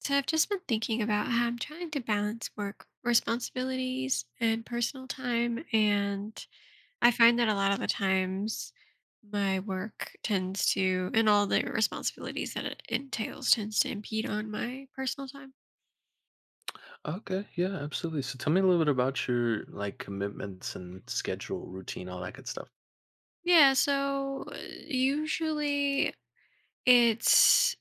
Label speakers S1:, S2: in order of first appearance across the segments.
S1: So I've just been thinking about how I'm trying to balance work responsibilities and personal time. And I find that a lot of the times my work tends to, and all the responsibilities that it entails, tends to impede on my personal time.
S2: Okay, yeah, absolutely. So tell me a little bit about your like commitments and schedule, routine, all that good stuff.
S1: Yeah. So usually it's,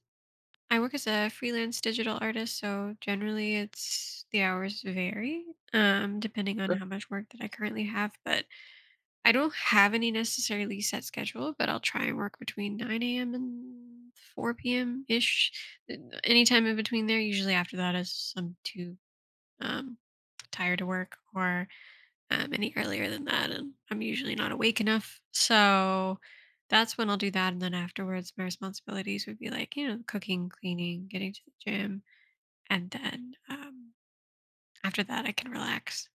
S1: I work as a freelance digital artist. So generally, the hours vary depending on
S2: Okay.
S1: how much work that I currently have. But I don't have any necessarily set schedule, but I'll try and work between 9 a.m. and 4 p.m. ish. Uh, Anytime in between there, usually after that is I'm too um, tired to work or any earlier than that. And I'm usually not awake enough. So that's when I'll do that. And then afterwards, my responsibilities would be like, you know, cooking, cleaning, getting to the gym. And then, after that, I can relax.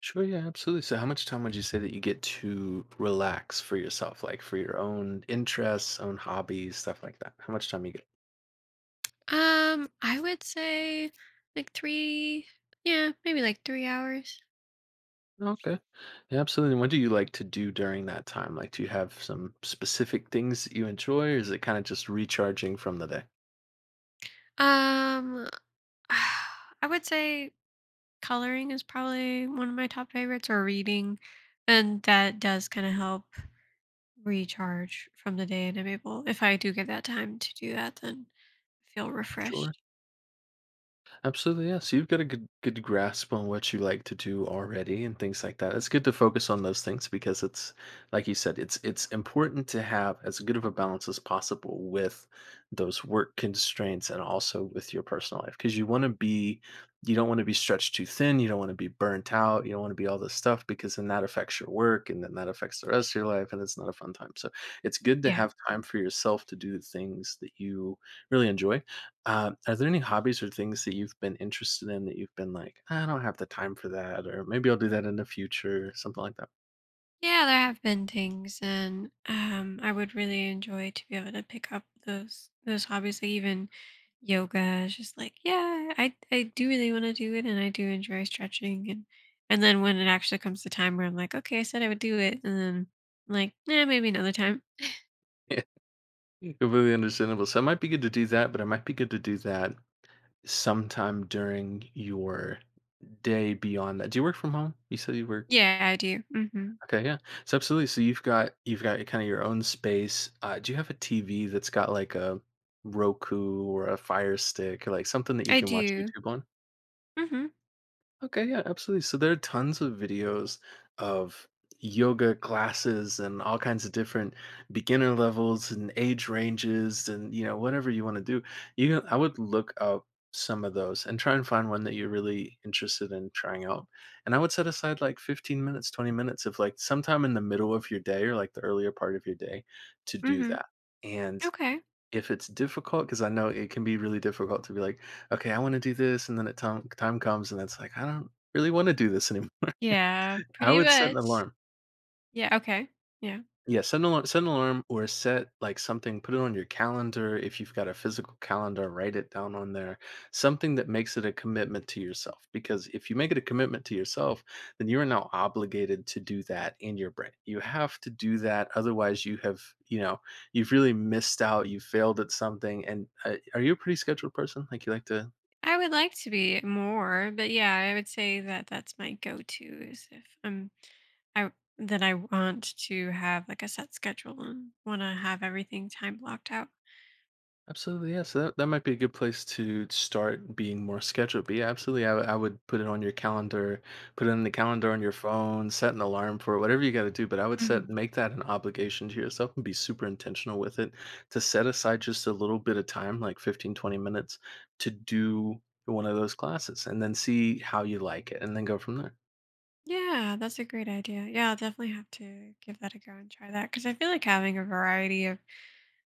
S2: Sure, yeah, absolutely. So how much time would you say that you get to relax for yourself, like for your own interests, own hobbies, stuff like that? How much time you get?
S1: I would say like three, yeah, maybe like 3 hours.
S2: Okay. Yeah, absolutely. And what do you like to do during that time? Like do you have some specific things that you enjoy or is it kind of just recharging from the day?
S1: Um, I would say coloring is probably one of my top favorites, or reading, and that does kind of help recharge from the day, and I'm able, if I do get that time to do that, then I feel
S2: Sure.
S1: refreshed.
S2: Absolutely, yes. You've got a good grasp on what you like to do already and things like that. It's good
S1: Mhm.
S2: to focus on those things because it's like you said, it's important to have as good of a balance as possible with those work constraints and also with your personal life because you don't want to be stretched too thin, you don't want to be burnt out, you don't want to be all this stuff because then that affects your work and then that affects the rest of your life and it's not a fun time. So, it's good to
S1: Yeah.
S2: have time for yourself to do the things that you really enjoy. Are there any hobbies or things that you've been interested in that you've been like, I don't have the time for that, or maybe I'll do that in the future, something like that?
S1: Yeah, there have been things, and I would really enjoy to be able to pick up those hobbies, like even yoga. It's just like, yeah, I do really want to do it, and I do enjoy stretching, and then when it actually comes to time where I'm like, okay, I said I would do it, and then I'm like, yeah, maybe another time.
S2: Yeah, completely understandable. So it might be good to do that, but it might be good to do that sometime during your day beyond that. Do you work from home? You said you work.
S1: Yeah, I do. Mm-hmm.
S2: Okay, yeah. So absolutely. So you've got kind of your own space. Do you have a TV that's got like a Roku or a Fire Stick, or like something that you
S1: I
S2: can watch
S1: do.
S2: YouTube on?
S1: Mm-hmm.
S2: Okay, yeah, absolutely. So there are tons of videos of yoga classes and all kinds of different beginner levels and age ranges and you know whatever you want to do. You can, I would look up some of those and try and find one that you're really interested in trying out. And I would set aside like 15 minutes, 20 minutes of like sometime in the middle of your day or like the earlier part of your day to do
S1: Mm-hmm.
S2: that. And
S1: Okay.
S2: if it's difficult, because I know it can be really difficult to be like, "Okay, I wanna do this," and then it time time comes and it's like, "I don't really wanna do this anymore."
S1: Yeah,
S2: I
S1: pretty
S2: would set an
S1: much.
S2: alarm.
S1: Yeah. Okay. Yeah.
S2: Yeah, set an alarm or set like something, put it on your calendar. If you've got a physical calendar, write it down on there. Something that makes it a commitment to yourself. Because if you make it a commitment to yourself, then you are now obligated to do that in your brain. You have to do that. Otherwise, you've really missed out. You failed at something. And are you a pretty scheduled person? Like you like to.
S1: I would like to be more, but yeah, I would say that that's my go-to is if I that I want to have like a set schedule and want to have everything time blocked out.
S2: Absolutely, yeah. So that might be a good place to start being more scheduled. But yeah, absolutely. I would put it on your calendar, put it in the calendar on your phone, set an alarm for it, whatever you got to do. But I would set
S1: Mhm.
S2: make that an obligation to yourself and be super intentional with it to set aside just a little bit of time, like 15, 20 minutes, to do one of those classes and then see how you like it and then go from there.
S1: Yeah, that's a great idea. Yeah, I'll definitely have to give that a go and try that because I feel like having a variety of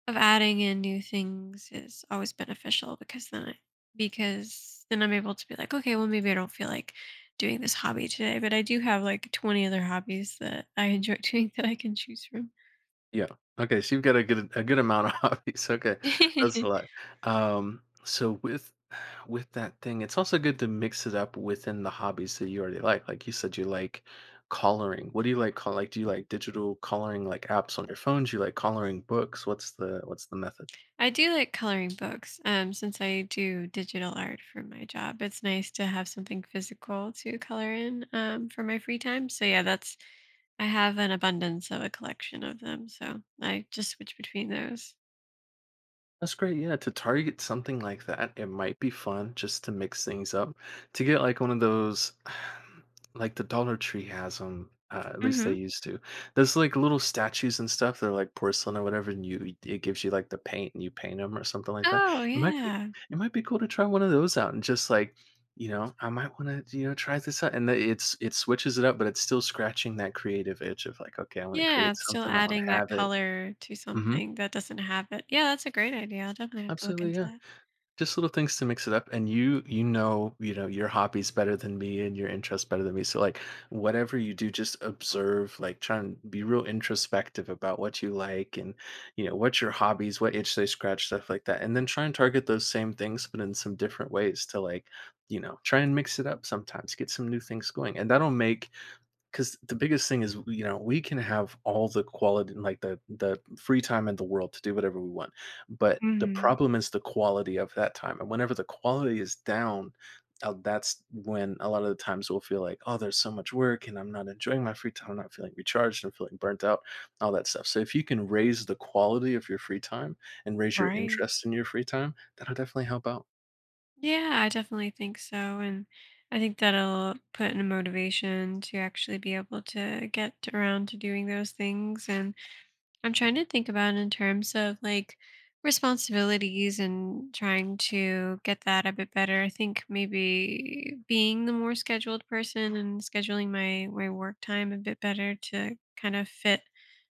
S1: of adding in new things is always beneficial because then I'm able to be like, okay, well maybe I don't feel like doing this hobby today, but I do have like 20 other hobbies that I enjoy doing that I can choose from.
S2: Yeah. Okay, so you've got a good amount of hobbies. Okay, that's a lot. So with that thing, it's also good to mix it up within the hobbies that you already like. Like you said, you like coloring. What do you like? Do you like digital coloring, like apps on your phone? Do you like coloring books? What's the method?
S1: I do like coloring books. Since I do digital art for my job, it's nice to have something physical to color in for my free time. So yeah, that's I have an abundance of a collection of them. So I just switch between those.
S2: That's great, yeah, to target something like that, it might be fun just to mix things up, to get, like, one of those like, the Dollar Tree has 'em, at least they
S1: Hmm.
S2: used to. There's, like, little statues and stuff they are, like, porcelain or whatever, and you it gives you, like, the paint, and you paint them or something like that.
S1: Oh
S2: It might be
S1: yeah,
S2: it might be cool to try one of those out and just, like, you know, "I might wanna, you know, try this out," and the it's it switches it up, but it's still scratching that creative itch of, like, "Okay, I wanna create
S1: yeah. It's still
S2: something, I wanna
S1: adding that
S2: have it."
S1: color to
S2: Mhm.
S1: something that doesn't have it. Yeah, that's a great idea. I'll definitely have to look
S2: Absolutely,
S1: into
S2: yeah.
S1: that.
S2: Just little things to mix it up, and you know your hobbies better than me and your interests better than me. So like whatever you do, just observe, like try and be real introspective about what you like and you know what's your hobbies, what itch they scratch, stuff like that, and then try and target those same things, but in some different ways to like you know try and mix it up sometimes, get some new things going, and that'll make because the biggest thing is you know we can have all the quality like the free time in the world to do whatever we want, but the
S1: Hmm.
S2: problem is the quality of that time, and whenever the quality is down, that's when a lot of the times we'll feel like, oh, there's so much work and I'm not enjoying my free time, I'm not feeling recharged, I'm feeling burnt out, all that stuff. So if you can raise the quality of your free time and raise your
S1: Right.
S2: interest in your free time, that'll definitely help out.
S1: Yeah, I definitely think so. And I think that'll put in a motivation to actually be able to get around to doing those things. And I'm trying to think about in terms of like responsibilities and trying to get that a bit better. I think maybe being the more scheduled person and scheduling my work time a bit better to kind of fit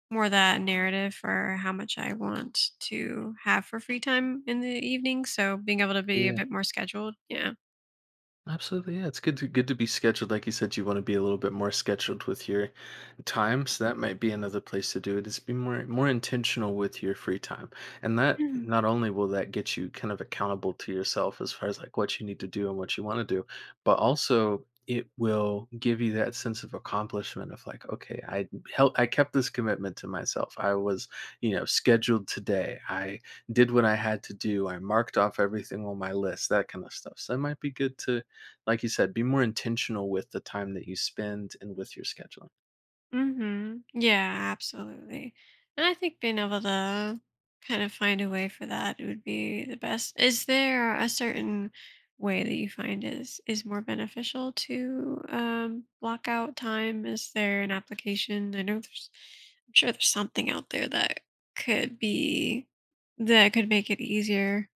S1: more that narrative for how much I want to have for free time in the evening, so being able to be a bit more scheduled, yeah.
S2: Absolutely, yeah. It's good to be scheduled. Like you said, you want to be a little bit more scheduled with your time, so that might be another place to do it. Is be more intentional with your free time, and that
S1: Mhm,
S2: not only will that get you kind of accountable to yourself as far as like what you need to do and what you want to do, but also it will give you that sense of accomplishment of like, okay, I kept this commitment to myself. I was scheduled today. I did what I had to do. I marked off everything on my list, that kind of stuff. So it might be good to, like you said, be more intentional with the time that you spend and with your scheduling.
S1: mhm. Yeah, absolutely, and I think being able to kind of find a way for that would be the best. Is there a certain way that you find is more beneficial to, block out time? Is there an application? I'm sure there's something out there could be that could make it easier.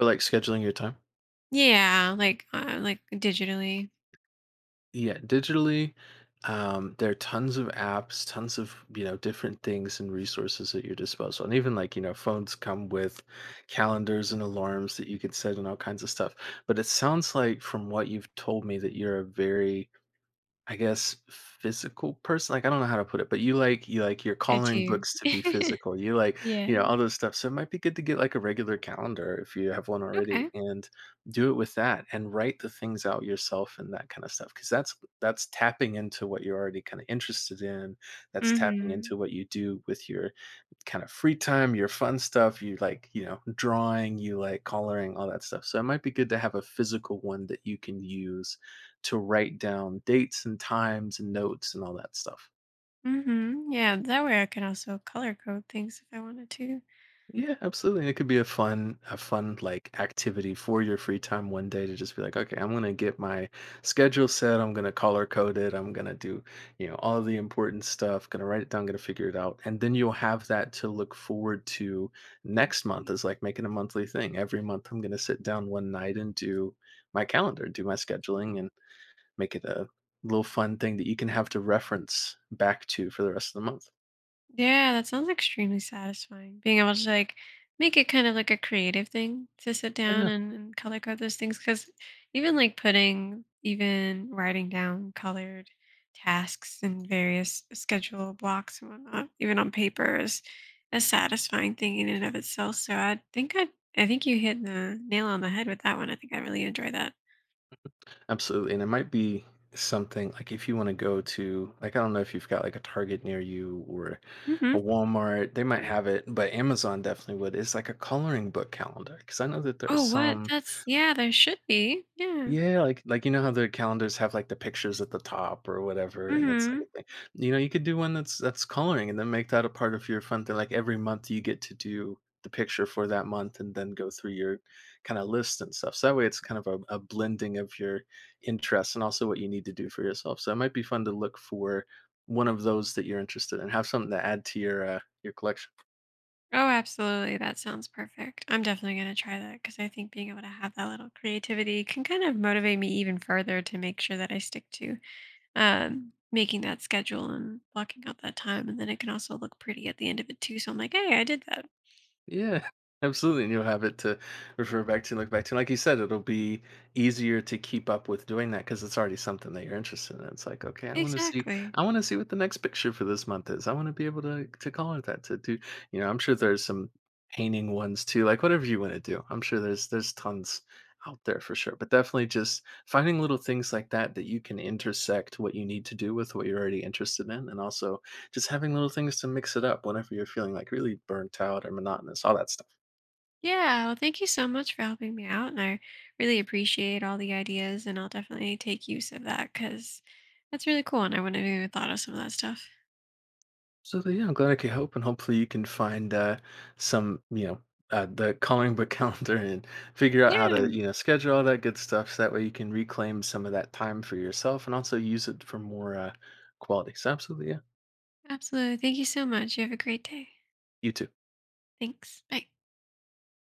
S2: Or like scheduling your time.
S1: Yeah, like, digitally,
S2: Yeah, digitally, there are tons of apps, tons of different things and resources at your disposal, and even like phones come with calendars and alarms that you can set and all kinds of stuff. But it sounds like from what you've told me that you're a very, I guess, physical person? Like, I don't know how to put it, but you like you're
S1: it's
S2: coloring
S1: you.
S2: books to be physical. You like
S1: Yeah,
S2: all those stuff. So it might be good to get like a regular calendar if you have one already
S1: okay.
S2: and do it with that and write the things out yourself and that kind of stuff. Cause that's tapping into what you're already kind of interested in. That's tapping into
S1: Mhm,
S2: what you do with your kind of free time, your fun stuff, you like drawing, you like coloring, all that stuff. So it might be good to have a physical one that you can use to write down dates and times and notes and all that stuff.
S1: mhm, yeah, that way I can also color code things if I wanted to.
S2: Yeah, absolutely. And it could be a fun, like activity for your free time one day to just be like, okay, I'm gonna get my schedule set. I'm gonna color code it. I'm gonna do all the important stuff. Gonna write it down. Gonna figure it out. And then you'll have that to look forward to next month.
S1: Right.
S2: Is like making a monthly thing. Every month, I'm gonna sit down one night and do my calendar, do my scheduling, and make it a little fun thing that you can have to reference back to for the rest of the month.
S1: Yeah, that sounds extremely satisfying. Being able to like make it kind of like a creative thing to sit down
S2: Yeah.
S1: and color code those things. Cause even like even writing down colored tasks and various schedule blocks and whatnot, even on paper is a satisfying thing in and of itself. I think you hit the nail on the head with that one. I think I really enjoy that.
S2: Absolutely. And it might be something like if you want to go to like I don't know if you've got like a Target near you or
S1: Hmm.
S2: a Walmart, they might have it, but Amazon definitely would. It's like a coloring book calendar because I know that there are
S1: Oh, what?
S2: some.
S1: Yeah, there should be. Yeah.
S2: Yeah, like, you know how the calendars have, like, the pictures at the top or whatever, and it's like
S1: Hmm.
S2: a thing. You know, you could do one that's coloring and then make that a part of your fun thing, like, every month you get to do the picture for that month and then go through your kinda list and stuff, so that way it's kind of a blending of your interests and also what you need to do for yourself, so it might be fun to look for one of those that you're interested in, have something to add to your collection.
S1: Oh, absolutely. That sounds perfect. I'm definitely going to try that because I think being able to have that little creativity can kind of motivate me even further to make sure that I stick to making that schedule and blocking out that time. And then it can also look pretty at the end of it, too. So I'm like, hey, I did that.
S2: Yeah, absolutely. And you'll have it to refer back to, look back to. Like you said, it'll be easier to keep up with doing that because it's already something that you're interested in. It's like, okay,
S1: Exactly.
S2: I want to see what the next picture for this month is. I want to be able to call it that to do. You know, I'm sure there's some painting ones too, like whatever you want to do. I'm sure there's tons out there for sure. But definitely just finding little things like that that you can intersect what you need to do with what you're already interested in, and also just having little things to mix it up whenever you're feeling, like, really burnt out or monotonous, all that stuff.
S1: Yeah. Well, thank you so much for helping me out. And I really appreciate all the ideas. And I'll definitely take use of that because that's really cool. And I wouldn't have even thought of some of that stuff.
S2: So, yeah, I'm glad I could help, and hopefully you can findsome, you know, the coloring book calendar and figure out how to
S1: Yeah,
S2: schedule all that good stuff so that way you can reclaim some of that time for yourself and also use it for more quality. So absolutely, yeah.
S1: absolutely. Thank you so much. You have a great day.
S2: You too.
S1: Thanks. Bye.